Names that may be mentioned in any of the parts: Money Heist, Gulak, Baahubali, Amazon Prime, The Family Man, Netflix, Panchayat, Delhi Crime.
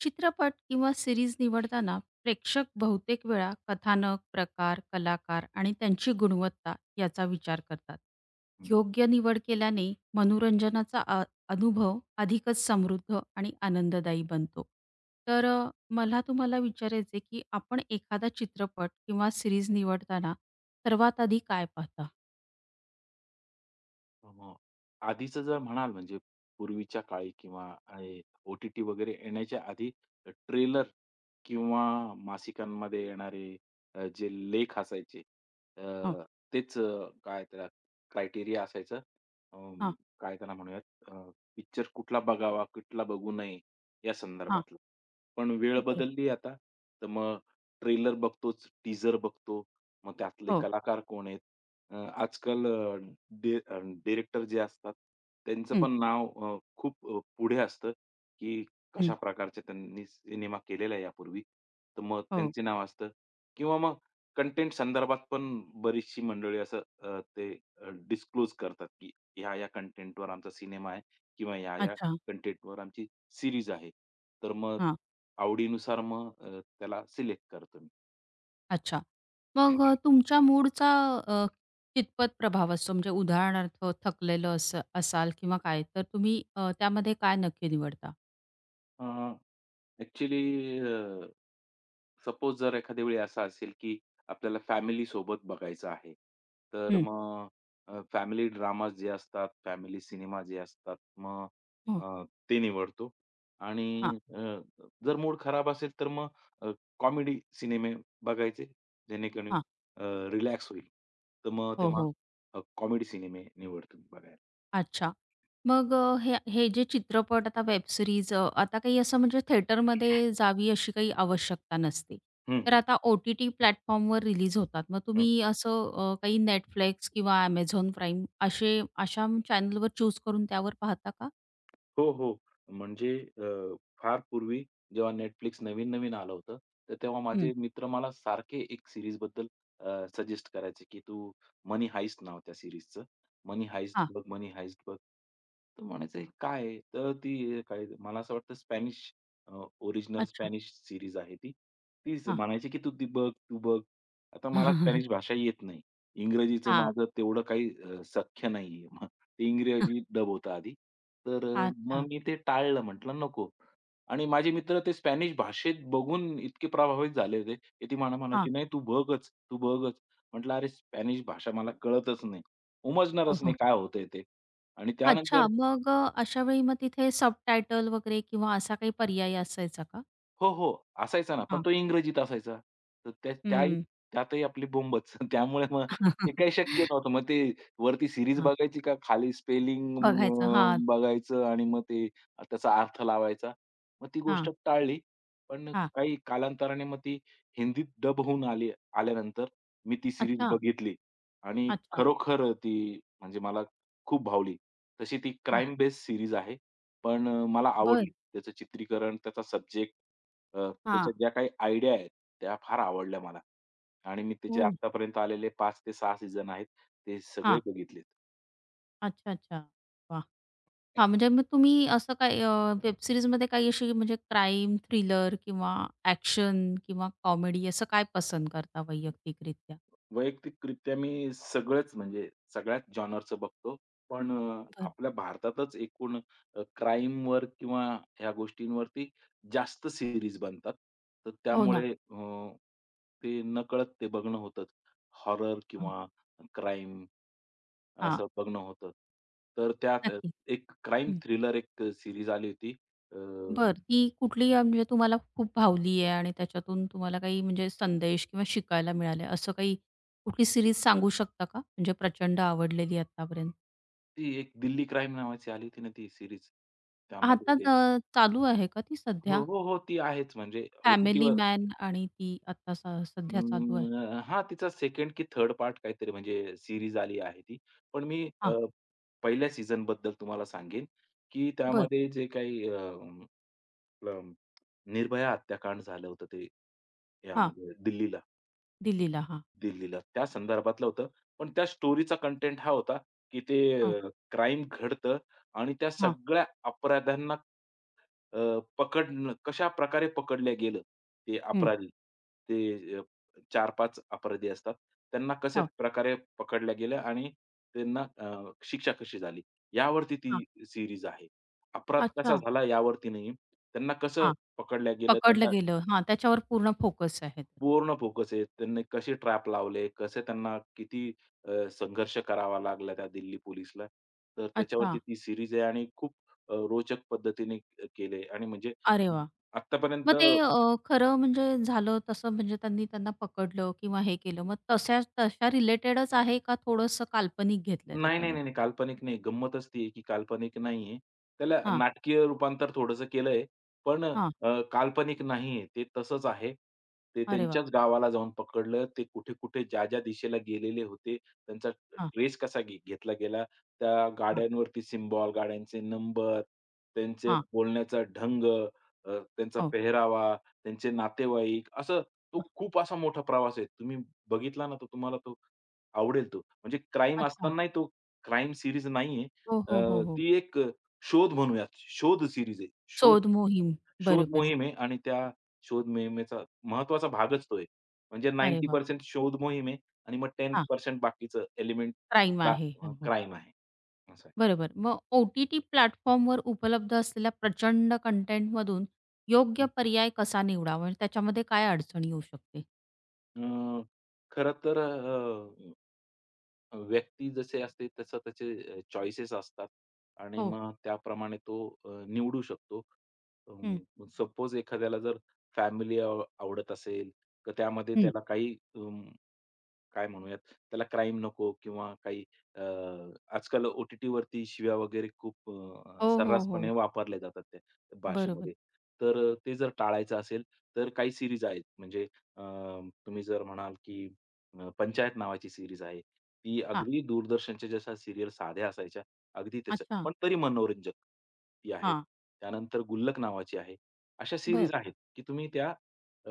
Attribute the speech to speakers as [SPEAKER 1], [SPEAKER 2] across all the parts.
[SPEAKER 1] चित्रपट किंवा सिरीज निवडताना प्रेक्षक बहुतेक वेळा कथानक, प्रकार, कलाकार आणि त्यांची गुणवत्ता याचा विचार करतात.
[SPEAKER 2] हं.
[SPEAKER 1] योग्य निवड केल्याने मनोरंजनाचा अनुभव अधिकच समृद्ध आणि आनंददायी बनतो. तर मला तुम्हाला विचारायचं की आपण एखादा चित्रपट किंवा सीरीज निवडताना सर्वात आधी काय पाहता?
[SPEAKER 2] मग आधीचं जर म्हणाल म्हणजे पूर्वीच्या काळी किंवा हे ओ-टी-टी वगैरे येण्याच्या आधी ट्रेलर किंवा मासिकांमध्ये येणारे जे लेख असायचे
[SPEAKER 1] हो.
[SPEAKER 2] अ, तेच काय त्याला क्रायटेरिया असायचं. अं,
[SPEAKER 1] हां,
[SPEAKER 2] काय त्याला म्हणूयात अ, पिक्चर कुठला बघावा, कुठला बघू नये या
[SPEAKER 1] हां.
[SPEAKER 2] संदर्भातलं. पण वेळ
[SPEAKER 1] बरं.
[SPEAKER 2] बदलली आता, तर मग ट्रेलर बघतोच, टीझर बघतो. मग त्यातले
[SPEAKER 1] हो.
[SPEAKER 2] कलाकार कोण आहेत? अ, आजकाल डि अ, डिरेक्टर जे असतात, त्यांचं
[SPEAKER 1] हं,
[SPEAKER 2] पण नाव खूप पुढे असतं, की
[SPEAKER 1] हं.
[SPEAKER 2] कशा प्रकारचे त्यांनी सिनेमा केलेला आहे यापूर्वी. तर मग
[SPEAKER 1] हो.
[SPEAKER 2] त्यांचे नाव असतं किंवा मग कंटेंट संदर्भात पण बरीचशी मंडळी असं ते डिस्क्लोज करतात, की ह्या-ह्या कंटेंटवर आमचा सिनेमा आहे किंवा ह्या-ह्या
[SPEAKER 1] अच्छा.
[SPEAKER 2] कंटेंटवर आमची सीरीज आहे. तर मग आवडीनुसार मग त्याला सिलेक्ट करतो मी.
[SPEAKER 1] अच्छा. मग तुमच्या मूडचा अ, कितपत प्रभाव असतो? म्हणजे उदाहरणार्थ थकलेलं असं असाल किंवा काय, तर तुम्ही त्यामध्ये काय नक्की निवडता?
[SPEAKER 2] अ, ॲक्चुअली सपोज जर एखाद्या वेळी असं असेल, की आपल्याला फॅमिली सोबत बघायचं आहे. तर
[SPEAKER 1] हं.
[SPEAKER 2] मग फॅमिली ड्रामाज जे असतात, फॅमिली सिनेमा जे असतात, मग
[SPEAKER 1] हो.
[SPEAKER 2] अ, ते निवडतो आणि
[SPEAKER 1] हां,
[SPEAKER 2] जर मूड खराब असेल, तर मग अ, कॉमेडी सिनेमे बघायचे, जेणेकरून
[SPEAKER 1] हां.
[SPEAKER 2] रिलॅक्स होईल. तर मग
[SPEAKER 1] हो,
[SPEAKER 2] तेव्हा
[SPEAKER 1] हो.
[SPEAKER 2] कॉमेडी सिनेमे निवडतो बघायला.
[SPEAKER 1] अच्छा. मग हे हे जे चित्रपट आता वेब सीरीज आता काही असं म्हणजे थिएटरमध्ये जावी अशी काही आवश्यकता नसते.
[SPEAKER 2] हं,
[SPEAKER 1] तर
[SPEAKER 2] हं.
[SPEAKER 1] आता ओ-टी-टी प्लॅटफॉर्मवर रिलीज होतात. मग तुम्ही असं काही Netflix किंवा Amazon Prime असे अशा चॅनलवर चूज करून त्यावर पाहता का?
[SPEAKER 2] हो, हो. म्हणजे फार पूर्वी जेव्हा Netflix नवीन-नवीन आलं होतं, तर तेव्हा
[SPEAKER 1] हं.
[SPEAKER 2] माझे मित्र मला सारखे एक सीरीजबद्दल सजेस्ट करायचे, की "तू मनी हाइस्ट" नाव त्या सीरीजचं. "मनी हाइस्ट
[SPEAKER 1] हां.
[SPEAKER 2] बघ, मनी हाइस्ट बघ." तर म्हणायचं, "हे काय आहे?" तर ती काय मला असं वाटतं स्पॅनिश ओरिजिनल
[SPEAKER 1] अच्छा.
[SPEAKER 2] स्पॅनिश सीरीज आहे ती. तीच
[SPEAKER 1] हां.
[SPEAKER 2] म्हणायची, की "तू ती बघ, तू बघ." आता मला स्पॅनिश भाषा येत नाही. इंग्रजीचं
[SPEAKER 1] हां.
[SPEAKER 2] माझं तेवढं काही सख्य नाहीये. ते इंग्रजी डब होतं आधी. तर
[SPEAKER 1] अच्छा.
[SPEAKER 2] मग मी ते टाळलं म्हटलं नको. आणि माझे मित्र ते स्पॅनिश भाषेत बघून इतके प्रभावित झाले होते, की ती मला
[SPEAKER 1] हां.
[SPEAKER 2] म्हणायची, "नाही तू बघच, तू बघच." म्हटलं, "अरे स्पॅनिश भाषा मला कळतच नाही,
[SPEAKER 1] हो,
[SPEAKER 2] उमजणारच
[SPEAKER 1] हो,
[SPEAKER 2] नाही
[SPEAKER 1] हो.
[SPEAKER 2] काय होतंय ते." आणि त्यानंतर
[SPEAKER 1] अच्छा, मग अशा वेळी मग तिथे सबटायटल वगैरे किंवा असा काही पर्याय असायचा का?
[SPEAKER 2] हो, हो. असायचा ना, पण
[SPEAKER 1] हां.
[SPEAKER 2] तो इंग्रजीत असायचा. तर
[SPEAKER 1] हं.
[SPEAKER 2] त्यातही आपली बोंबच. त्यामुळे मग ते काही शक्य नव्हतं. मग ते वरती सीरीज
[SPEAKER 1] हां.
[SPEAKER 2] बघायची का खाली स्पेलिंग
[SPEAKER 1] बघायचं. हां,
[SPEAKER 2] बघायचं आणि मग ते त्याचा अर्थ लावायचा. मग ती
[SPEAKER 1] हां,
[SPEAKER 2] गोष्ट टाळली. पण
[SPEAKER 1] हां.
[SPEAKER 2] काही कालांतराने मग ती हिंदीत डब होऊन आली आल्यानंतर मी ती सीरीज
[SPEAKER 1] अच्छा,
[SPEAKER 2] बघितली आणि
[SPEAKER 1] अच्छा.
[SPEAKER 2] खरोखर ती म्हणजे मला खूप भावली. तशी ती
[SPEAKER 1] हां.
[SPEAKER 2] क्राईम बेस्ड सीरीज आहे. पण मला
[SPEAKER 1] बरं.
[SPEAKER 2] आवडली. त्याचं चित्रीकरण, त्याचा सब्जेक्ट त्याच्या
[SPEAKER 1] हां.
[SPEAKER 2] ज्या काही आयडिया आहेत, त्या फार आवडल्या मला आणि मी त्याचे
[SPEAKER 1] हो.
[SPEAKER 2] आत्तापर्यंत आलेले पाच ते 6 सीझन आहेत. ते सगळे
[SPEAKER 1] हां.
[SPEAKER 2] बघितलेत.
[SPEAKER 1] अच्छा, अच्छा. वाह! हां, म्हणजे मग तुम्ही असं काही वेब सीरीजमध्ये काही अशी म्हणजे क्राईम, थ्रिलर किंवा ॲक्शन किंवा कॉमेडी असं काय पसंत करता वैयक्तिकरित्या?
[SPEAKER 2] वैयक्तिकरित्या मी सगळंच म्हणजे सगळ्याच जॉनरचं बघतो. पण
[SPEAKER 1] बरं.
[SPEAKER 2] आपल्या भारतातच एकूण क्राईमवर किंवा ह्या गोष्टींवरती जास्त सीरीज बनतात. तर
[SPEAKER 1] हो ना.
[SPEAKER 2] त्यामुळे ते नकळत ते बघणं होतंच. हॉरर किंवा क्राईम
[SPEAKER 1] हां.
[SPEAKER 2] असं बघणं होतं. तर त्यात
[SPEAKER 1] नक्की.
[SPEAKER 2] एक क्राईम
[SPEAKER 1] हं.
[SPEAKER 2] थ्रिलर एक सीरीज आली होती. अ,
[SPEAKER 1] बरं. ती कुठली म्हणजे तुम्हाला खूप भावली आहे आणि त्याच्यातून तुम्हाला काही म्हणजे संदेश किंवा शिकायला मिळाले, असं काही कुठली सीरीज सांगू शकता का? म्हणजे प्रचंड आवडलेली आत्तापर्यंत?
[SPEAKER 2] ती एक दिल्ली क्राईम नावाची आली होती ना ती सीरीज. त्यामध्ये
[SPEAKER 1] आता
[SPEAKER 2] ते
[SPEAKER 1] चालू आहे का ती
[SPEAKER 2] हो,
[SPEAKER 1] सध्या?
[SPEAKER 2] हो, हो. ती आहेच म्हणजे
[SPEAKER 1] फॅमिली
[SPEAKER 2] ओ-टी-टीवर
[SPEAKER 1] मॅन आणि ती आता सध्या चालू आहे.
[SPEAKER 2] अं, तिचा 2nd की थर्ड पार्ट काहीतरी म्हणजे सीरीज आली आहे ती. पण मी
[SPEAKER 1] हां,
[SPEAKER 2] पहिल्या सीझन बद्दल तुम्हाला सांगेन, की
[SPEAKER 1] बर,
[SPEAKER 2] त्यामध्ये जे काही आपलं निर्भया हत्याकांड झालं होतं ते
[SPEAKER 1] हां,
[SPEAKER 2] यामध्ये दिल्लीला
[SPEAKER 1] दिल्लीला. हां,
[SPEAKER 2] दिल्लीला त्या संदर्भातलं होतं. पण त्या स्टोरीचा कंटेंट हा होता, की
[SPEAKER 1] हां,
[SPEAKER 2] ते क्राईम घडतं आणि त्या
[SPEAKER 1] हां,
[SPEAKER 2] सगळ्या अपराध्यांना पकडणं कशाप्रकारे पकडलं गेलं, ते
[SPEAKER 1] हं.
[SPEAKER 2] अपराधी. ते 4-5 अपराधी असतात. त्यांना कशा
[SPEAKER 1] हो,
[SPEAKER 2] प्रकारे पकडल्या गेलं आणि त्यांना शिक्षा कशी झाली, यावरती ती
[SPEAKER 1] हां.
[SPEAKER 2] सीरीज आहे. अपराध
[SPEAKER 1] अच्छा.
[SPEAKER 2] कसा झाला यावरती नाही. त्यांना कसं
[SPEAKER 1] हां,
[SPEAKER 2] पकडल्या गेलं,
[SPEAKER 1] पकडलं
[SPEAKER 2] त्यांना
[SPEAKER 1] गेलं. हां, त्याच्यावर पूर्ण फोकस आहे.
[SPEAKER 2] पूर्ण फोकस आहे. त्यांनी कसे ट्रॅप लावले, कसे त्यांना किती संघर्ष करावा लागला त्या दिल्ली पोलिसला. तर
[SPEAKER 1] अच्छा.
[SPEAKER 2] त्याच्यावरती ती सीरीज आहे आणि खूप रोचक पद्धतीने केले आणि म्हणजे
[SPEAKER 1] अरे वाह!
[SPEAKER 2] आत्तापर्यंत
[SPEAKER 1] मग ते खरं म्हणजे झालं तसं म्हणजे त्यांनी त्यांना पकडलं किंवा हे केलं. मग तशा तशा रिलेटेडच आहे का थोडंसं काल्पनिक घेतलंय
[SPEAKER 2] नाही, नाही,
[SPEAKER 1] त्याच्यामध्ये?
[SPEAKER 2] नाही, नाही. काल्पनिक नाही. गंमतच ती आहे की काल्पनिक नाहीये. त्याला
[SPEAKER 1] हां,
[SPEAKER 2] नाटकीय रूपांतर थोडंसं केलंय. पण
[SPEAKER 1] हां.
[SPEAKER 2] काल्पनिक नाहीये. ते तसंच आहे. ते
[SPEAKER 1] अरे वाह!
[SPEAKER 2] त्यांच्याच गावाला जाऊन पकडलं. ते कुठे-कुठे, ज्या-ज्या दिशेला गेलेले होते, त्यांचा
[SPEAKER 1] हां,
[SPEAKER 2] ट्रेस कसा घेतला गेला. त्या
[SPEAKER 1] हां,
[SPEAKER 2] गाड्यांवरती सिम्बॉल, गाड्यांचे नंबर, त्यांचे
[SPEAKER 1] हां.
[SPEAKER 2] बोलण्याचा ढंग, त्यांचा
[SPEAKER 1] हो.
[SPEAKER 2] पेहरावा, त्यांचे नातेवाईक, असं तो खूप असा मोठा प्रवास आहे. तुम्ही बघितला ना, तर तुम्हाला तो आवडेल तो. म्हणजे क्राईम
[SPEAKER 1] अच्छा.
[SPEAKER 2] असतानाही तो क्राईम सीरीज नाहीये.
[SPEAKER 1] हो, हो, हो, हो.
[SPEAKER 2] ती एक शोध म्हणूयात. शोध सीरीज आहे. शोध
[SPEAKER 1] शोध मोहीम.
[SPEAKER 2] शोध
[SPEAKER 1] बरोबर.
[SPEAKER 2] मोहीम आहे आणि त्या शोध मोहिमेचा महत्वाचा भागच तो आहे. म्हणजे
[SPEAKER 1] अरे वाह!
[SPEAKER 2] 90% शोध मोहीम आहे आणि मग
[SPEAKER 1] हां,
[SPEAKER 2] 10% बाकीचं एलिमेंट
[SPEAKER 1] क्राईम
[SPEAKER 2] बा
[SPEAKER 1] आहे. हे, हो.
[SPEAKER 2] क्राईम आहे. असं
[SPEAKER 1] बरोबर. मग ओ-टी-टी प्लॅटफॉर्मवर उपलब्ध असलेल्या प्रचंड कंटेंटमधून योग्य
[SPEAKER 2] आहे.
[SPEAKER 1] पर्याय कसा निवडावा? म्हणजे त्याच्यामध्ये काय अडचण येऊ शकते?
[SPEAKER 2] अ, खरं तर व्यक्ती जसे असते तसं त्याचे चॉईसेस असतात आणि
[SPEAKER 1] हो.
[SPEAKER 2] मग त्याप्रमाणे तो निवडू शकतो. अ,
[SPEAKER 1] हं,
[SPEAKER 2] सपोज एखाद्याला जर फॅमिली आवडत असेल, तर त्यामध्ये
[SPEAKER 1] हं.
[SPEAKER 2] त्याला काही काय म्हणूयात, त्याला क्राईम नको किंवा काही अ, आजकाल ओ-टी-टीवरती शिव्या वगैरे खूप
[SPEAKER 1] हो, हो,
[SPEAKER 2] सर्रासपणे
[SPEAKER 1] हो.
[SPEAKER 2] वापरल्या जातात त्या
[SPEAKER 1] बरोबर.
[SPEAKER 2] भाषेमध्ये. तर ते जर टाळायचं असेल, तर काही सीरीज आहेत. म्हणजे अ, तुम्ही जर म्हणाल की पंचायत नावाची सीरीज आहे. ती
[SPEAKER 1] हां.
[SPEAKER 2] अगदी दूरदर्शनच्या जशा सीरियल साध्या असायच्या, अगदी तसं,
[SPEAKER 1] अच्छा.
[SPEAKER 2] पण तरी मनोरंजक ती आहे.
[SPEAKER 1] हां.
[SPEAKER 2] त्यानंतर गुल्लक नावाची आहे. अशा सीरीज
[SPEAKER 1] बर
[SPEAKER 2] आहेत की तुम्ही त्या अ,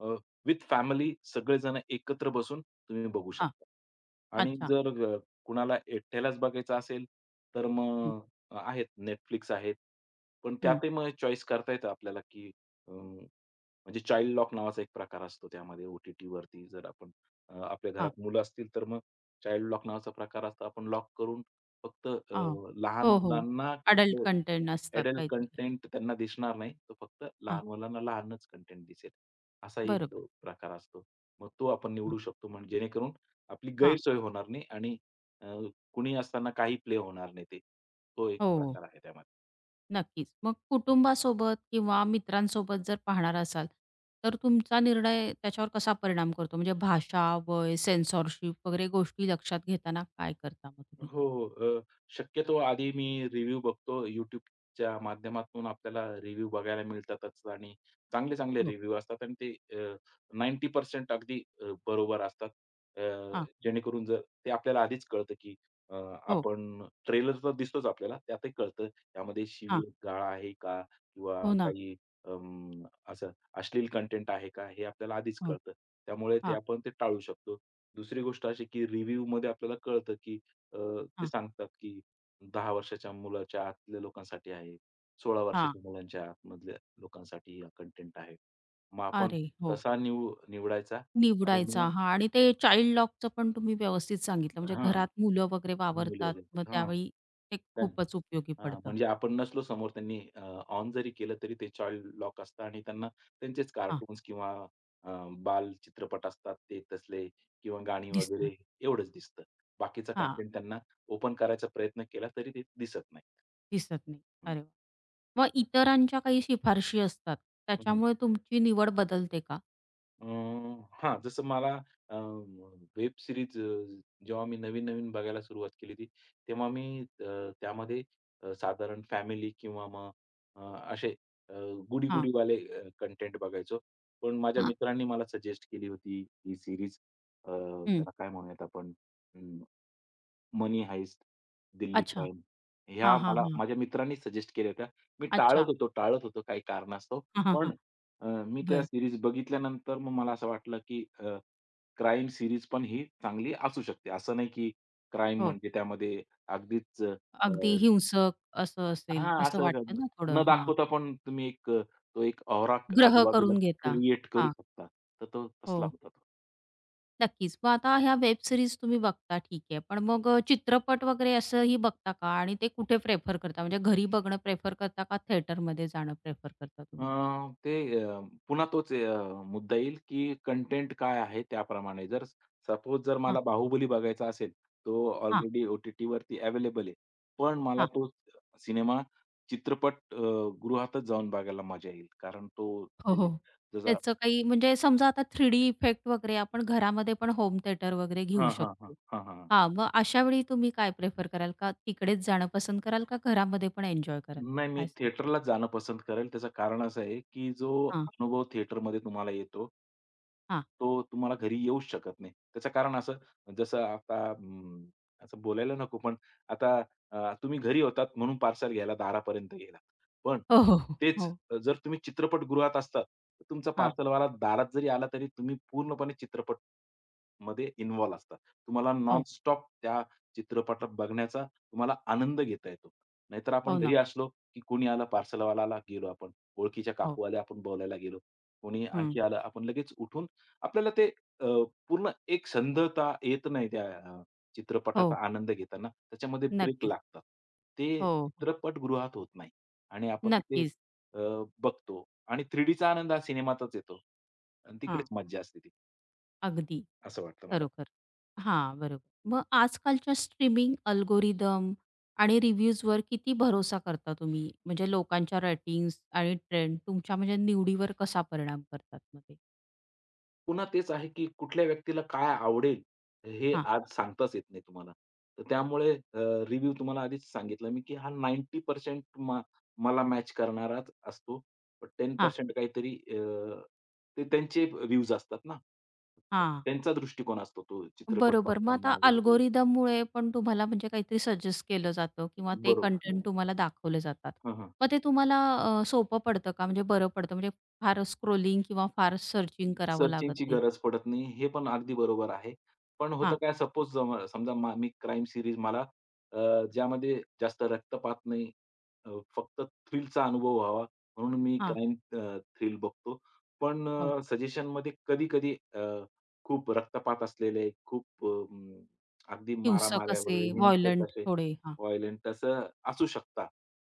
[SPEAKER 2] अ, विथ फॅमिली सगळेजण एकत्र बसून तुम्ही बघू
[SPEAKER 1] हां.
[SPEAKER 2] शकता. आणि
[SPEAKER 1] अच्छा.
[SPEAKER 2] जर अ, कुणाला एकट्यालाच बघायचं असेल, तर
[SPEAKER 1] हं,
[SPEAKER 2] मग आहेत Netflix आहेत. पण
[SPEAKER 1] हं.
[SPEAKER 2] त्यातही मग चॉईस करता येतं आपल्याला, की म्हणजे चाइल्ड लॉक नावाचा एक प्रकार असतो त्यामध्ये ओ टी जर आपण आपल्या
[SPEAKER 1] हां,
[SPEAKER 2] घरात मुलं असतील, तर मग चाइल्ड लॉक नावाचा प्रकार असतो. आपण लॉक करून फक्त
[SPEAKER 1] हां.
[SPEAKER 2] लहान
[SPEAKER 1] हो, हो.
[SPEAKER 2] मुलांना
[SPEAKER 1] अडल्ट
[SPEAKER 2] कुठलं
[SPEAKER 1] कंटेंट असतात
[SPEAKER 2] अडल्ट
[SPEAKER 1] काहीतरी.
[SPEAKER 2] कंटेंट त्यांना दिसणार नाही. तर फक्त
[SPEAKER 1] हां,
[SPEAKER 2] लहान मुलांना लहानच कंटेंट दिसेल. असा एक
[SPEAKER 1] बरोबर.
[SPEAKER 2] प्रकार असतो. मग तो आपण
[SPEAKER 1] हां,
[SPEAKER 2] निवडू शकतो म्हणजे जेणेकरून आपली
[SPEAKER 1] हां.
[SPEAKER 2] गैरसोय होणार नाही आणि अ, कुणी असताना काही प्ले होणार नाही ते. तो एक
[SPEAKER 1] हो, हो.
[SPEAKER 2] प्रकार आहे त्यामध्ये.
[SPEAKER 1] नक्कीच. मग कुटुंबासोबत किंवा मित्रांसोबत जर पाहणार असाल, तर तुमचा निर्णय त्याच्यावर कसा परिणाम करतो? म्हणजे भाषा, वय, सेन्सॉरशिप वगैरे गोष्टी लक्षात घेताना काय करता मग तुम्ही?
[SPEAKER 2] हो, हो. शक्यतो आधी मी रिव्ह्यू बघतो YouTubeच्या माध्यमातून आपल्याला रिव्ह्यू बघायला मिळतातच आणि चांगले-चांगले
[SPEAKER 1] हो.
[SPEAKER 2] रिव्ह्यू असतात आणि ते अ, 90% अगदी बरोबर असतात. अ,
[SPEAKER 1] हां.
[SPEAKER 2] जेणेकरून जर ते आपल्याला आधीच कळतं, की अ,
[SPEAKER 1] हो.
[SPEAKER 2] आपण ट्रेलर तर दिसतोच आपल्याला, त्यातही कळतं त्यामध्ये
[SPEAKER 1] हां.
[SPEAKER 2] शिवीगाळ आहे का? किंवा
[SPEAKER 1] हो ना.
[SPEAKER 2] काही अं, असं अश्लील कंटेंट आहे का? हे आपल्याला आधीच
[SPEAKER 1] हो.
[SPEAKER 2] कळतं. त्यामुळे ते
[SPEAKER 1] हां,
[SPEAKER 2] आपण ते टाळू शकतो. दुसरी गोष्ट अशी, की रिव्ह्यूमध्ये आपल्याला कळतं, ते
[SPEAKER 1] हां,
[SPEAKER 2] सांगतात की 10 वर्षाच्या मुलाच्या आतल्या लोकांसाठी आहे. 16
[SPEAKER 1] हां.
[SPEAKER 2] वर्षाच्या मुलांच्या आतमधल्या लोकांसाठी हा कंटेंट आहे. मग आपण
[SPEAKER 1] अरे! हो.
[SPEAKER 2] तसा निवडायचा आणि
[SPEAKER 1] निवडायचा.
[SPEAKER 2] मग
[SPEAKER 1] हां. आणि ते चाइल्ड लॉकचं पण तुम्ही व्यवस्थित सांगितलं. म्हणजे
[SPEAKER 2] हां,
[SPEAKER 1] घरात मुलं वगैरे
[SPEAKER 2] मुले
[SPEAKER 1] वावरतात,
[SPEAKER 2] वगैरे.
[SPEAKER 1] मग
[SPEAKER 2] हां,
[SPEAKER 1] त्यावेळी ते
[SPEAKER 2] त्यां
[SPEAKER 1] खूपच उपयोगी
[SPEAKER 2] हां,
[SPEAKER 1] पडतं.
[SPEAKER 2] म्हणजे आपण नसलो समोर त्यांनी ऑन जरी केलं तरी ते चाइल्ड लॉक असतं आणि त्यांना त्यांचेच
[SPEAKER 1] हां,
[SPEAKER 2] कार्टून्स किंवा अ, बालचित्रपट असतात ते तसले किंवा गाणी
[SPEAKER 1] दिसतं.
[SPEAKER 2] वगैरे एवढंच दिसतं. बाकीचा
[SPEAKER 1] हां,
[SPEAKER 2] कंटेंट त्यांना ओपन करायचा प्रयत्न केला तरी ते दिसत नाही.
[SPEAKER 1] दिसत नाही. अरे वाह! मग इतरांच्या काही शिफारशी असतात,
[SPEAKER 2] हं.
[SPEAKER 1] त्याच्यामुळे तुमची निवड बदलते का?
[SPEAKER 2] अ, हां, जसं मला वेब सीरीज जेव्हा मी नवीन-नवीन बघायला सुरुवात केली होती, तेव्हा मी त्यामध्ये साधारण फॅमिली किंवा मग अ, असे अ,
[SPEAKER 1] हां.
[SPEAKER 2] गुडी-गुडीवाले कंटेंट बघायचो. पण माझ्या
[SPEAKER 1] हां.
[SPEAKER 2] मित्रांनी मला सजेस्ट केली होती ही सीरीज.
[SPEAKER 1] हं.
[SPEAKER 2] त्याला काय म्हणूयात आपण? मनी हाइस्ट, दिल्ली
[SPEAKER 1] अच्छा.
[SPEAKER 2] क्राईम
[SPEAKER 1] हां,
[SPEAKER 2] ह्या
[SPEAKER 1] हां,
[SPEAKER 2] मला
[SPEAKER 1] हां.
[SPEAKER 2] माझ्या मित्रांनी सजेस्ट केल्या होत्या. मी टाळत
[SPEAKER 1] अच्छा.
[SPEAKER 2] होतो, टाळत होतो काही कारणास्तव.
[SPEAKER 1] हां, हां, हां.
[SPEAKER 2] पण मी त्या
[SPEAKER 1] बरं.
[SPEAKER 2] सीरीज बघितल्यानंतर मग मला असं वाटलं, की क्राईम सीरीज पण ही चांगली असू शकते. असं नाही, की क्राईम
[SPEAKER 1] हो.
[SPEAKER 2] म्हणजे त्यामध्ये अगदीच
[SPEAKER 1] अगदी हिंसक असं असेल,
[SPEAKER 2] हां,
[SPEAKER 1] असं
[SPEAKER 2] असं
[SPEAKER 1] वाटतं ना थोडं.
[SPEAKER 2] न
[SPEAKER 1] हां.
[SPEAKER 2] दाखवता पण तुम्ही एक तो एक औरा
[SPEAKER 1] ग्रह
[SPEAKER 2] आजूबाजूला
[SPEAKER 1] करून घेता.
[SPEAKER 2] क्रिएट करू
[SPEAKER 1] हां.
[SPEAKER 2] शकता. तर तो
[SPEAKER 1] हो,
[SPEAKER 2] तसला होता तो.
[SPEAKER 1] नक्कीच. मग आता ह्या वेब सीरीज तुम्ही बघता ठीक आहे. पण मग चित्रपट वगैरे असंही बघता का? आणि ते कुठे प्रेफर करता? म्हणजे घरी बघणं प्रेफर करता का थिएटरमध्ये जाणं प्रेफर करता
[SPEAKER 2] अ,
[SPEAKER 1] तुम्ही?
[SPEAKER 2] ते अ, पुन्हा तोच मुद्दा येईल, की कंटेंट काय आहे त्याप्रमाणे. जर सपोज जर
[SPEAKER 1] हां,
[SPEAKER 2] मला बाहुबली बघायचा असेल, तो
[SPEAKER 1] हां,
[SPEAKER 2] ऑलरेडी ओ-टी-टीवरती अवेलेबल आहे. पण मला
[SPEAKER 1] हां.
[SPEAKER 2] तो सिनेमा चित्रपट गृहातच जाऊन बघायला मजा येईल. कारण तो
[SPEAKER 1] हो,
[SPEAKER 2] जे
[SPEAKER 1] हो.
[SPEAKER 2] जसा
[SPEAKER 1] त्याचं काही म्हणजे समजा आता 3D इफेक्ट वगैरे आपण घरामध्ये पण होम थिएटर वगैरे घेऊ
[SPEAKER 2] हां, हां, हां.
[SPEAKER 1] शकतो.
[SPEAKER 2] हां, हां.
[SPEAKER 1] हां, मग अशा वेळी तुम्ही काय प्रेफर कराल? का तिकडेच जाणं पसंत कराल का घरामध्ये पण एन्जॉय कराल?
[SPEAKER 2] नाही, मी
[SPEAKER 1] काय सांगाल?
[SPEAKER 2] थिएटरलाच जाणं पसंत करेल. त्याचं कारण असं आहे, की जो
[SPEAKER 1] हां,
[SPEAKER 2] अनुभव थिएटरमध्ये तुम्हाला येतो,
[SPEAKER 1] हां.
[SPEAKER 2] तो तुम्हाला घरी येऊच शकत नाही. त्याचं कारण असं, जसं आता असं बोलायला नको, पण आता तुम्ही घरी होतात म्हणून पार्सल घ्यायला दारापर्यंत गेलात. पण
[SPEAKER 1] हो, हो, हो.
[SPEAKER 2] तेच
[SPEAKER 1] हो.
[SPEAKER 2] जर तुम्ही चित्रपटगृहात असतात, तर तुमचा
[SPEAKER 1] हां.
[SPEAKER 2] पार्सलवाला दारात जरी आला, तरी तुम्ही पूर्णपणे चित्रपटमध्ये इन्व्हॉल्व असता. तुम्हाला
[SPEAKER 1] हो.
[SPEAKER 2] नॉनस्टॉप त्या चित्रपटात बघण्याचा तुम्हाला आनंद घेता येतो. नाहीतर आपण
[SPEAKER 1] हो ना.
[SPEAKER 2] घरी असलो, की कोणी आलं पार्सलवाल्याला गेलो आपण, ओळखीच्या
[SPEAKER 1] हो.
[SPEAKER 2] काकू आल्या आपण बोलायला गेलो, कोणी
[SPEAKER 1] हं.
[SPEAKER 2] आणखी आलं आपण लगेच उठून आपल्याला ते अ, पूर्ण एक संथता येत नाही त्या चित्रपटाचा
[SPEAKER 1] हो.
[SPEAKER 2] आनंद घेताना. त्याच्यामध्ये ब्रेक
[SPEAKER 1] नक्कीच.
[SPEAKER 2] लागतात. ते
[SPEAKER 1] हो, हो.
[SPEAKER 2] चित्रपटगृहात होत नाही आणि आपण तिथे
[SPEAKER 1] नक्कीच.
[SPEAKER 2] अ, बघतो आणि 3Dचा आनंद हा सिनेमातच येतो आणि
[SPEAKER 1] हां,
[SPEAKER 2] तिकडेच मज्जा असते ती,
[SPEAKER 1] अगदी
[SPEAKER 2] असं वाटतं मला.
[SPEAKER 1] खरोखर. हां, बरोबर. मग आजकालच्या स्ट्रीमिंग अल्गोरिदम आणि रिव्ह्यूजवर किती भरोसा करता तुम्ही? म्हणजे लोकांच्या रेटिंग्स आणि ट्रेंड तुमच्या म्हणजे निवडीवर कसा परिणाम करतात मग ते?
[SPEAKER 2] पुन्हा तेच आहे, की कुठल्या व्यक्तीला काय आवडेल, हे
[SPEAKER 1] हां,
[SPEAKER 2] आज सांगताच येत नाही तुम्हाला. तर त्यामुळे रिव्ह्यू तुम्हाला आधीच सांगितलं मी, की हा 90% मला मॅच करणाराच असतो. पण
[SPEAKER 1] हां,
[SPEAKER 2] 10% काहीतरी ते त्यांचे व्ह्यूज असतात ना.
[SPEAKER 1] हां.
[SPEAKER 2] त्यांचा दृष्टिकोन असतो तो चित्रपट
[SPEAKER 1] बरोबर. मग आता
[SPEAKER 2] बघताना वगैरे.
[SPEAKER 1] अल्गोरिदममुळे पण तुम्हाला म्हणजे काहीतरी सजेस्ट केलं जातं किंवा ते
[SPEAKER 2] बरोबर.
[SPEAKER 1] कंटेंट तुम्हाला दाखवले जातात.
[SPEAKER 2] हं, हं.
[SPEAKER 1] मग ते तुम्हाला सोपं पडतं का? म्हणजे बरं पडतं म्हणजे फार स्क्रोलिंग किंवा फार सर्चिंग करावं लागत
[SPEAKER 2] सर्चिंगची
[SPEAKER 1] नाही?
[SPEAKER 2] गरज पडत नाही, हे पण अगदी बरोबर आहे. पण होतं
[SPEAKER 1] हां,
[SPEAKER 2] काय सपोज जम समजा मी क्राईम सीरीज मला अ, ज्यामध्ये जास्त रक्तपात नाही, अ, फक्त थ्रिलचा अनुभव व्हावा म्हणून मी
[SPEAKER 1] हां.
[SPEAKER 2] क्राईम थ्रिल बघतो. पण
[SPEAKER 1] हो.
[SPEAKER 2] सजेशनमध्ये कधी-कधी खूप रक्तपात असलेले, खूप अगदी
[SPEAKER 1] हिंसक
[SPEAKER 2] मारामाऱ्या
[SPEAKER 1] असे,
[SPEAKER 2] वगैरे हिंसक
[SPEAKER 1] व्हायलंट
[SPEAKER 2] असे
[SPEAKER 1] थोडे. हां,
[SPEAKER 2] व्हायलेंट असं असू शकतात.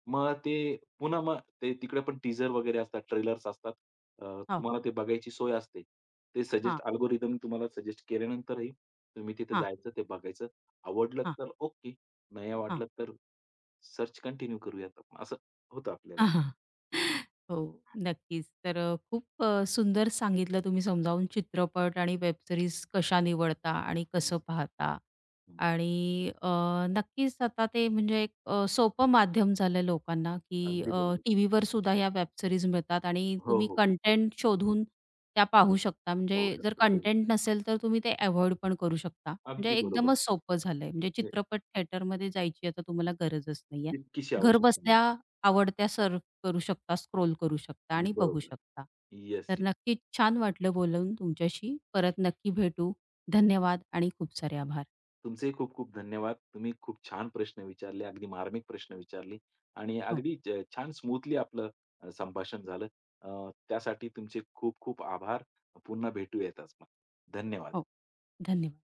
[SPEAKER 2] मग ते पुन्हा मग ते तिकडे पण टीझर वगैरे असतात, ट्रेलर्स असतात. अ,
[SPEAKER 1] हो.
[SPEAKER 2] तुम्हाला ते बघायची सोय असते. ते
[SPEAKER 1] हां,
[SPEAKER 2] सजेस्ट अल्गोरिदम तुम्हाला सजेस्ट केल्यानंतरही तुम्ही तिथे
[SPEAKER 1] हां,
[SPEAKER 2] जायचं, ते बघायचं. आवडलं
[SPEAKER 1] हां,
[SPEAKER 2] तर ओके, नाही
[SPEAKER 1] हां.
[SPEAKER 2] आवडलं तर सर्च कंटिन्यू करूयात आपण, असं होतं आपल्याला.
[SPEAKER 1] हां, हो, नक्कीच. तर खूप सुंदर सांगितलं तुम्ही समजावून चित्रपट आणि वेब सीरीज कशा निवडता आणि
[SPEAKER 2] हं,
[SPEAKER 1] कसं पाहता.
[SPEAKER 2] हं.
[SPEAKER 1] आणि नक्कीच आता ते म्हणजे एक सोपं माध्यम झालं आहे लोकांना, की
[SPEAKER 2] अगदी बरोबर.
[SPEAKER 1] टीव्हीवर सुद्धा ह्या वेब सीरीज मिळतात आणि
[SPEAKER 2] हो,
[SPEAKER 1] तुम्ही
[SPEAKER 2] हो.
[SPEAKER 1] कंटेंट शोधून त्या पाहू शकता. म्हणजे
[SPEAKER 2] पाहू
[SPEAKER 1] जर
[SPEAKER 2] शकतात. हो, हो.
[SPEAKER 1] कंटेंट नसेल तर तुम्ही ते अव्हॉइड पण करू शकता. म्हणजे
[SPEAKER 2] अगदी बरोबर.
[SPEAKER 1] एकदमच सोपं झालं म्हणजे
[SPEAKER 2] म्हणजे
[SPEAKER 1] चित्रपट थिएटरमध्ये जायची आता तुम्हाला गरजच नाहीये.
[SPEAKER 2] तितकीशी
[SPEAKER 1] घर
[SPEAKER 2] आवश्यकता नाही.
[SPEAKER 1] बसल्या आवडत्या सर्व्ह करू शकता, स्क्रोल करू शकता आणि बघू
[SPEAKER 2] बरोबर.
[SPEAKER 1] शकता.
[SPEAKER 2] येस.
[SPEAKER 1] तर नक्कीच छान वाटलं बोलून तुमच्याशी. परत नक्की भेटू. धन्यवाद आणि खूप सारे आभार.
[SPEAKER 2] तुमचेही खूप खूप धन्यवाद. तुम्ही खूप छान प्रश्न विचारले. अगदी मार्मिक प्रश्न विचारले आणि
[SPEAKER 1] हो,
[SPEAKER 2] अगदी छान स्मूथली आपलं संभाषण झालं. त्यासाठी तुमचे खूप खूप आभार. पुन्हा भेटूयात आज मग. धन्यवाद.
[SPEAKER 1] हो. धन्यवाद.